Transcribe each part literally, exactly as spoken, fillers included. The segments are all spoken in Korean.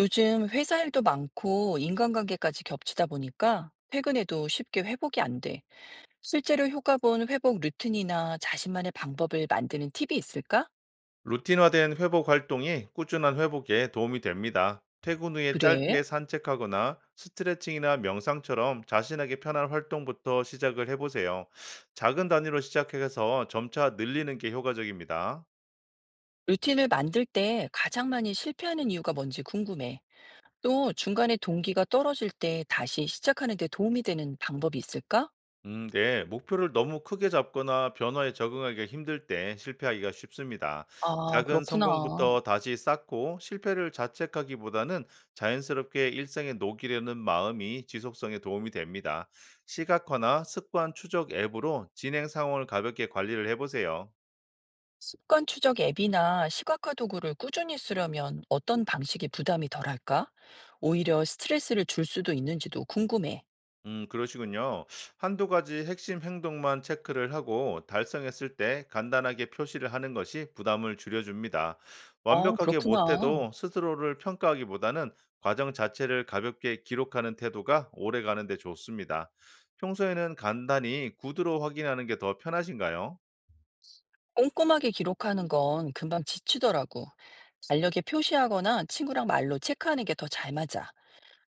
요즘 회사 일도 많고 인간관계까지 겹치다 보니까 퇴근해도 쉽게 회복이 안 돼. 실제로 효과 본 회복 루틴이나 자신만의 방법을 만드는 팁이 있을까? 루틴화된 회복 활동이 꾸준한 회복에 도움이 됩니다. 퇴근 후에 그래? 짧게 산책하거나 스트레칭이나 명상처럼 자신에게 편한 활동부터 시작을 해보세요. 작은 단위로 시작해서 점차 늘리는 게 효과적입니다. 루틴을 만들 때 가장 많이 실패하는 이유가 뭔지 궁금해. 또 중간에 동기가 떨어질 때 다시 시작하는 데 도움이 되는 방법이 있을까? 음, 네. 목표를 너무 크게 잡거나 변화에 적응하기가 힘들 때 실패하기가 쉽습니다. 아, 작은 그렇구나. 성공부터 다시 쌓고 실패를 자책하기보다는 자연스럽게 일상에 녹이려는 마음이 지속성에 도움이 됩니다. 시각화나 습관 추적 앱으로 진행 상황을 가볍게 관리를 해보세요. 습관 추적 앱이나 시각화 도구를 꾸준히 쓰려면 어떤 방식이 부담이 덜할까? 오히려 스트레스를 줄 수도 있는지도 궁금해. 음, 그러시군요. 한두 가지 핵심 행동만 체크를 하고 달성했을 때 간단하게 표시를 하는 것이 부담을 줄여줍니다. 어, 완벽하게 그렇구나. 못해도 스스로를 평가하기보다는 과정 자체를 가볍게 기록하는 태도가 오래 가는 데 좋습니다. 평소에는 간단히 구두로 확인하는 게 더 편하신가요? 꼼꼼하게 기록하는 건 금방 지치더라고. 달력에 표시하거나 친구랑 말로 체크하는 게 더 잘 맞아.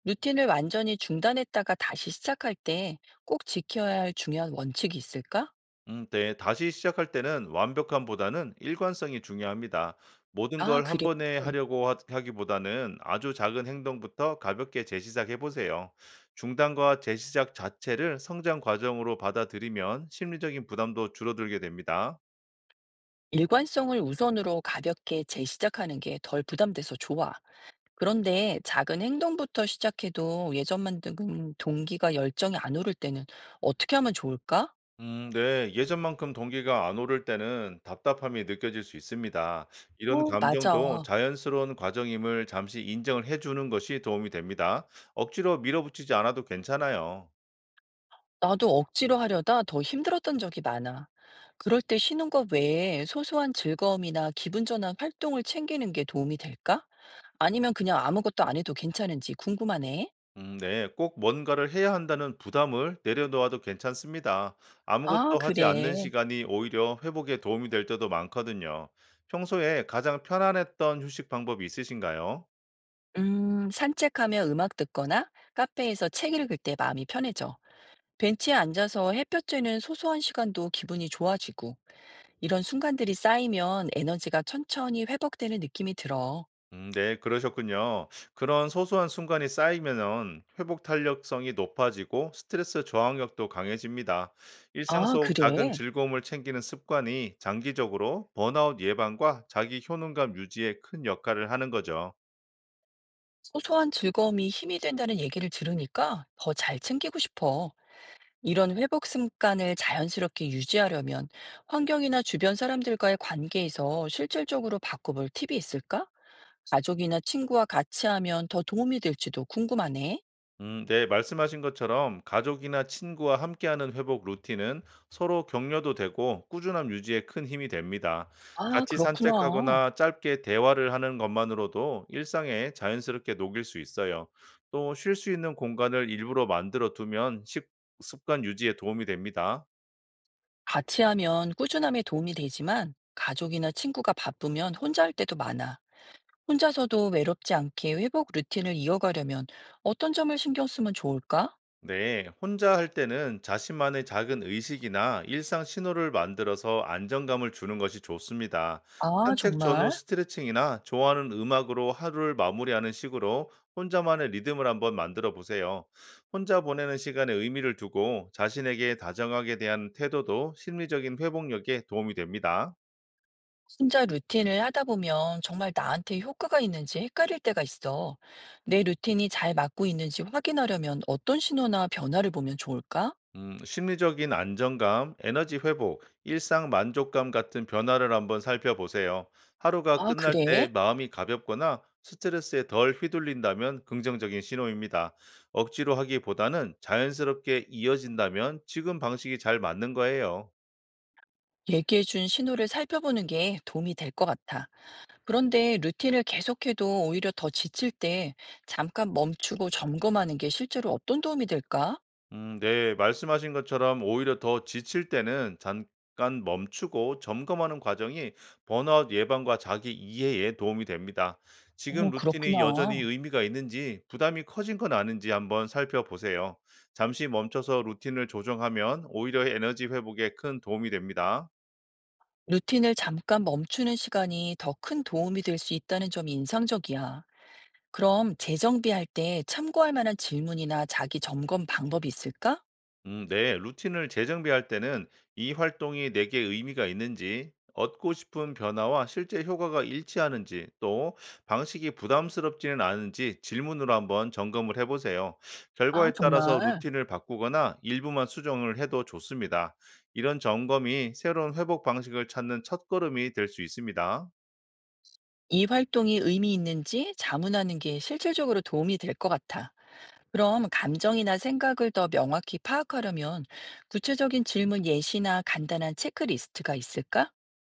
루틴을 완전히 중단했다가 다시 시작할 때 꼭 지켜야 할 중요한 원칙이 있을까? 음, 네. 다시 시작할 때는 완벽함보다는 일관성이 중요합니다. 모든 아, 걸 한 그래. 번에 하려고 하- 하기보다는 아주 작은 행동부터 가볍게 재시작해 보세요. 중단과 재시작 자체를 성장 과정으로 받아들이면 심리적인 부담도 줄어들게 됩니다. 일관성을 우선으로 가볍게 재시작하는 게 덜 부담돼서 좋아. 그런데 작은 행동부터 시작해도 예전만 큼 동기가 열정이 안 오를 때는 어떻게 하면 좋을까? 음, 네. 예전만큼 동기가 안 오를 때는 답답함이 느껴질 수 있습니다. 이런 어, 맞아. 감정도 자연스러운 과정임을 잠시 인정을 해주는 것이 도움이 됩니다. 억지로 밀어붙이지 않아도 괜찮아요. 나도 억지로 하려다 더 힘들었던 적이 많아. 그럴 때 쉬는 것 외에 소소한 즐거움이나 기분 전환 활동을 챙기는 게 도움이 될까? 아니면 그냥 아무것도 안 해도 괜찮은지 궁금하네. 음, 네, 꼭 뭔가를 해야 한다는 부담을 내려놓아도 괜찮습니다. 아, 아무것도 하지 않는 그래. 시간이 오히려 회복에 도움이 될 때도 많거든요. 평소에 가장 편안했던 휴식 방법이 있으신가요? 음, 산책하며 음악 듣거나 카페에서 책 읽을 때 마음이 편해져. 벤치에 앉아서 햇볕 쬐는 소소한 시간도 기분이 좋아지고. 이런 순간들이 쌓이면 에너지가 천천히 회복되는 느낌이 들어. 음, 네, 그러셨군요. 그런 소소한 순간이 쌓이면은 회복 탄력성이 높아지고 스트레스 저항력도 강해집니다. 일상 아, 속 작은 그래? 즐거움을 챙기는 습관이 장기적으로 번아웃 예방과 자기 효능감 유지에 큰 역할을 하는 거죠. 소소한 즐거움이 힘이 된다는 얘기를 들으니까 더 잘 챙기고 싶어. 이런 회복 습관을 자연스럽게 유지하려면 환경이나 주변 사람들과의 관계에서 실질적으로 바꿔볼 팁이 있을까? 가족이나 친구와 같이 하면 더 도움이 될지도 궁금하네. 음, 네, 말씀하신 것처럼 가족이나 친구와 함께하는 회복 루틴은 서로 격려도 되고 꾸준함 유지에 큰 힘이 됩니다. 아, 같이 그렇구나. 산책하거나 짧게 대화를 하는 것만으로도 일상에 자연스럽게 녹일 수 있어요. 또 쉴 수 있는 공간을 일부러 만들어 두면 식- 습관 유지에 도움이 됩니다. 같이 하면 꾸준함에 도움이 되지만 가족이나 친구가 바쁘면 혼자 할 때도 많아. 혼자서도 외롭지 않게 회복 루틴을 이어가려면 어떤 점을 신경 쓰면 좋을까? 네, 혼자 할 때는 자신만의 작은 의식이나 일상 신호를 만들어서 안정감을 주는 것이 좋습니다. 아, 산책 전후 정말? 스트레칭이나 좋아하는 음악으로 하루를 마무리하는 식으로 혼자만의 리듬을 한번 만들어 보세요. 혼자 보내는 시간에 의미를 두고 자신에게 다정하게 대한 태도도 심리적인 회복력에 도움이 됩니다. 혼자 루틴을 하다 보면 정말 나한테 효과가 있는지 헷갈릴 때가 있어. 내 루틴이 잘 맞고 있는지 확인하려면 어떤 신호나 변화를 보면 좋을까? 음, 심리적인 안정감, 에너지 회복, 일상 만족감 같은 변화를 한번 살펴보세요. 하루가 아, 끝날 때 그래? 마음이 가볍거나 스트레스에 덜 휘둘린다면 긍정적인 신호입니다. 억지로 하기보다는 자연스럽게 이어진다면 지금 방식이 잘 맞는 거예요. 얘기해준 신호를 살펴보는 게 도움이 될 것 같아. 그런데 루틴을 계속해도 오히려 더 지칠 때 잠깐 멈추고 점검하는 게 실제로 어떤 도움이 될까? 음, 네, 말씀하신 것처럼 오히려 더 지칠 때는 잠깐 멈추고 점검하는 과정이 번아웃 예방과 자기 이해에 도움이 됩니다. 지금 어, 루틴이 여전히 그렇구나. 의미가 있는지 부담이 커진 건 아닌지 한번 살펴보세요. 잠시 멈춰서 루틴을 조정하면 오히려 에너지 회복에 큰 도움이 됩니다. 루틴을 잠깐 멈추는 시간이 더 큰 도움이 될 수 있다는 점이 인상적이야. 그럼 재정비할 때 참고할 만한 질문이나 자기 점검 방법이 있을까? 음, 네. 루틴을 재정비할 때는 이 활동이 내게 의미가 있는지, 얻고 싶은 변화와 실제 효과가 일치하는지, 또 방식이 부담스럽지는 않은지 질문으로 한번 점검을 해보세요. 아, 결과에 따라서 정말. 루틴을 바꾸거나 일부만 수정을 해도 좋습니다. 이런 점검이 새로운 회복 방식을 찾는 첫걸음이 될 수 있습니다. 이 활동이 의미 있는지 자문하는 게 실질적으로 도움이 될 것 같아. 그럼 감정이나 생각을 더 명확히 파악하려면 구체적인 질문 예시나 간단한 체크리스트가 있을까?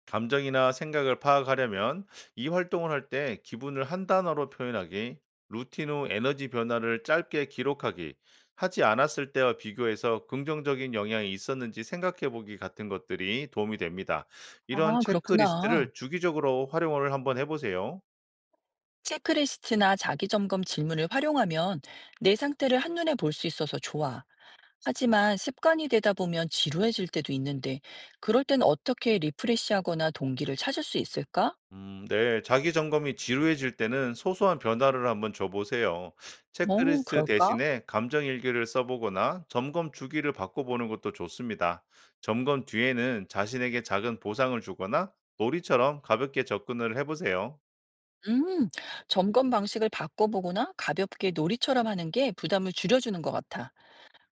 감정이나 생각을 파악하려면 이 활동을 할 때 기분을 한 단어로 표현하기, 루틴 후 에너지 변화를 짧게 기록하기, 하지 않았을 때와 비교해서 긍정적인 영향이 있었는지 생각해 보기 같은 것들이 도움이 됩니다. 이런 아, 그렇구나. 체크리스트를 주기적으로 활용을 한번 해보세요. 체크리스트나 자기점검 질문을 활용하면 내 상태를 한눈에 볼 수 있어서 좋아. 하지만 습관이 되다 보면 지루해질 때도 있는데, 그럴 땐 어떻게 리프레시하거나 동기를 찾을 수 있을까? 음 네. 자기 점검이 지루해질 때는 소소한 변화를 한번 줘 보세요. 어, 체크리스트 그럴까? 대신에 감정 일기를 써 보거나 점검 주기를 바꿔 보는 것도 좋습니다. 점검 뒤에는 자신에게 작은 보상을 주거나 놀이처럼 가볍게 접근을 해 보세요. 음, 점검 방식을 바꿔보거나 가볍게 놀이처럼 하는 게 부담을 줄여주는 것 같아.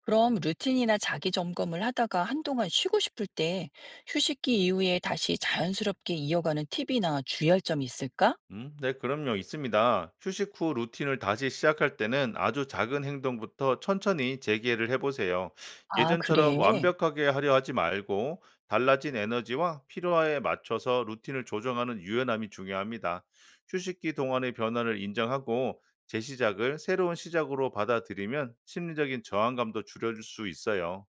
그럼 루틴이나 자기 점검을 하다가 한동안 쉬고 싶을 때 휴식기 이후에 다시 자연스럽게 이어가는 팁이나 주의할 점이 있을까? 음, 네, 그럼요. 있습니다. 휴식 후 루틴을 다시 시작할 때는 아주 작은 행동부터 천천히 재개를 해보세요. 아, 예전처럼 그래. 완벽하게 하려 하지 말고 달라진 에너지와 필요에 맞춰서 루틴을 조정하는 유연함이 중요합니다. 휴식기 동안의 변화를 인정하고 재시작을 새로운 시작으로 받아들이면 심리적인 저항감도 줄여줄 수 있어요.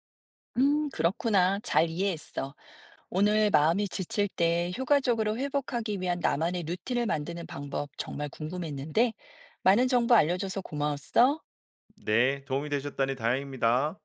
음, 그렇구나. 잘 이해했어. 오늘 마음이 지칠 때 효과적으로 회복하기 위한 나만의 루틴을 만드는 방법 정말 궁금했는데, 많은 정보 알려줘서 고마웠어. 네, 도움이 되셨다니 다행입니다.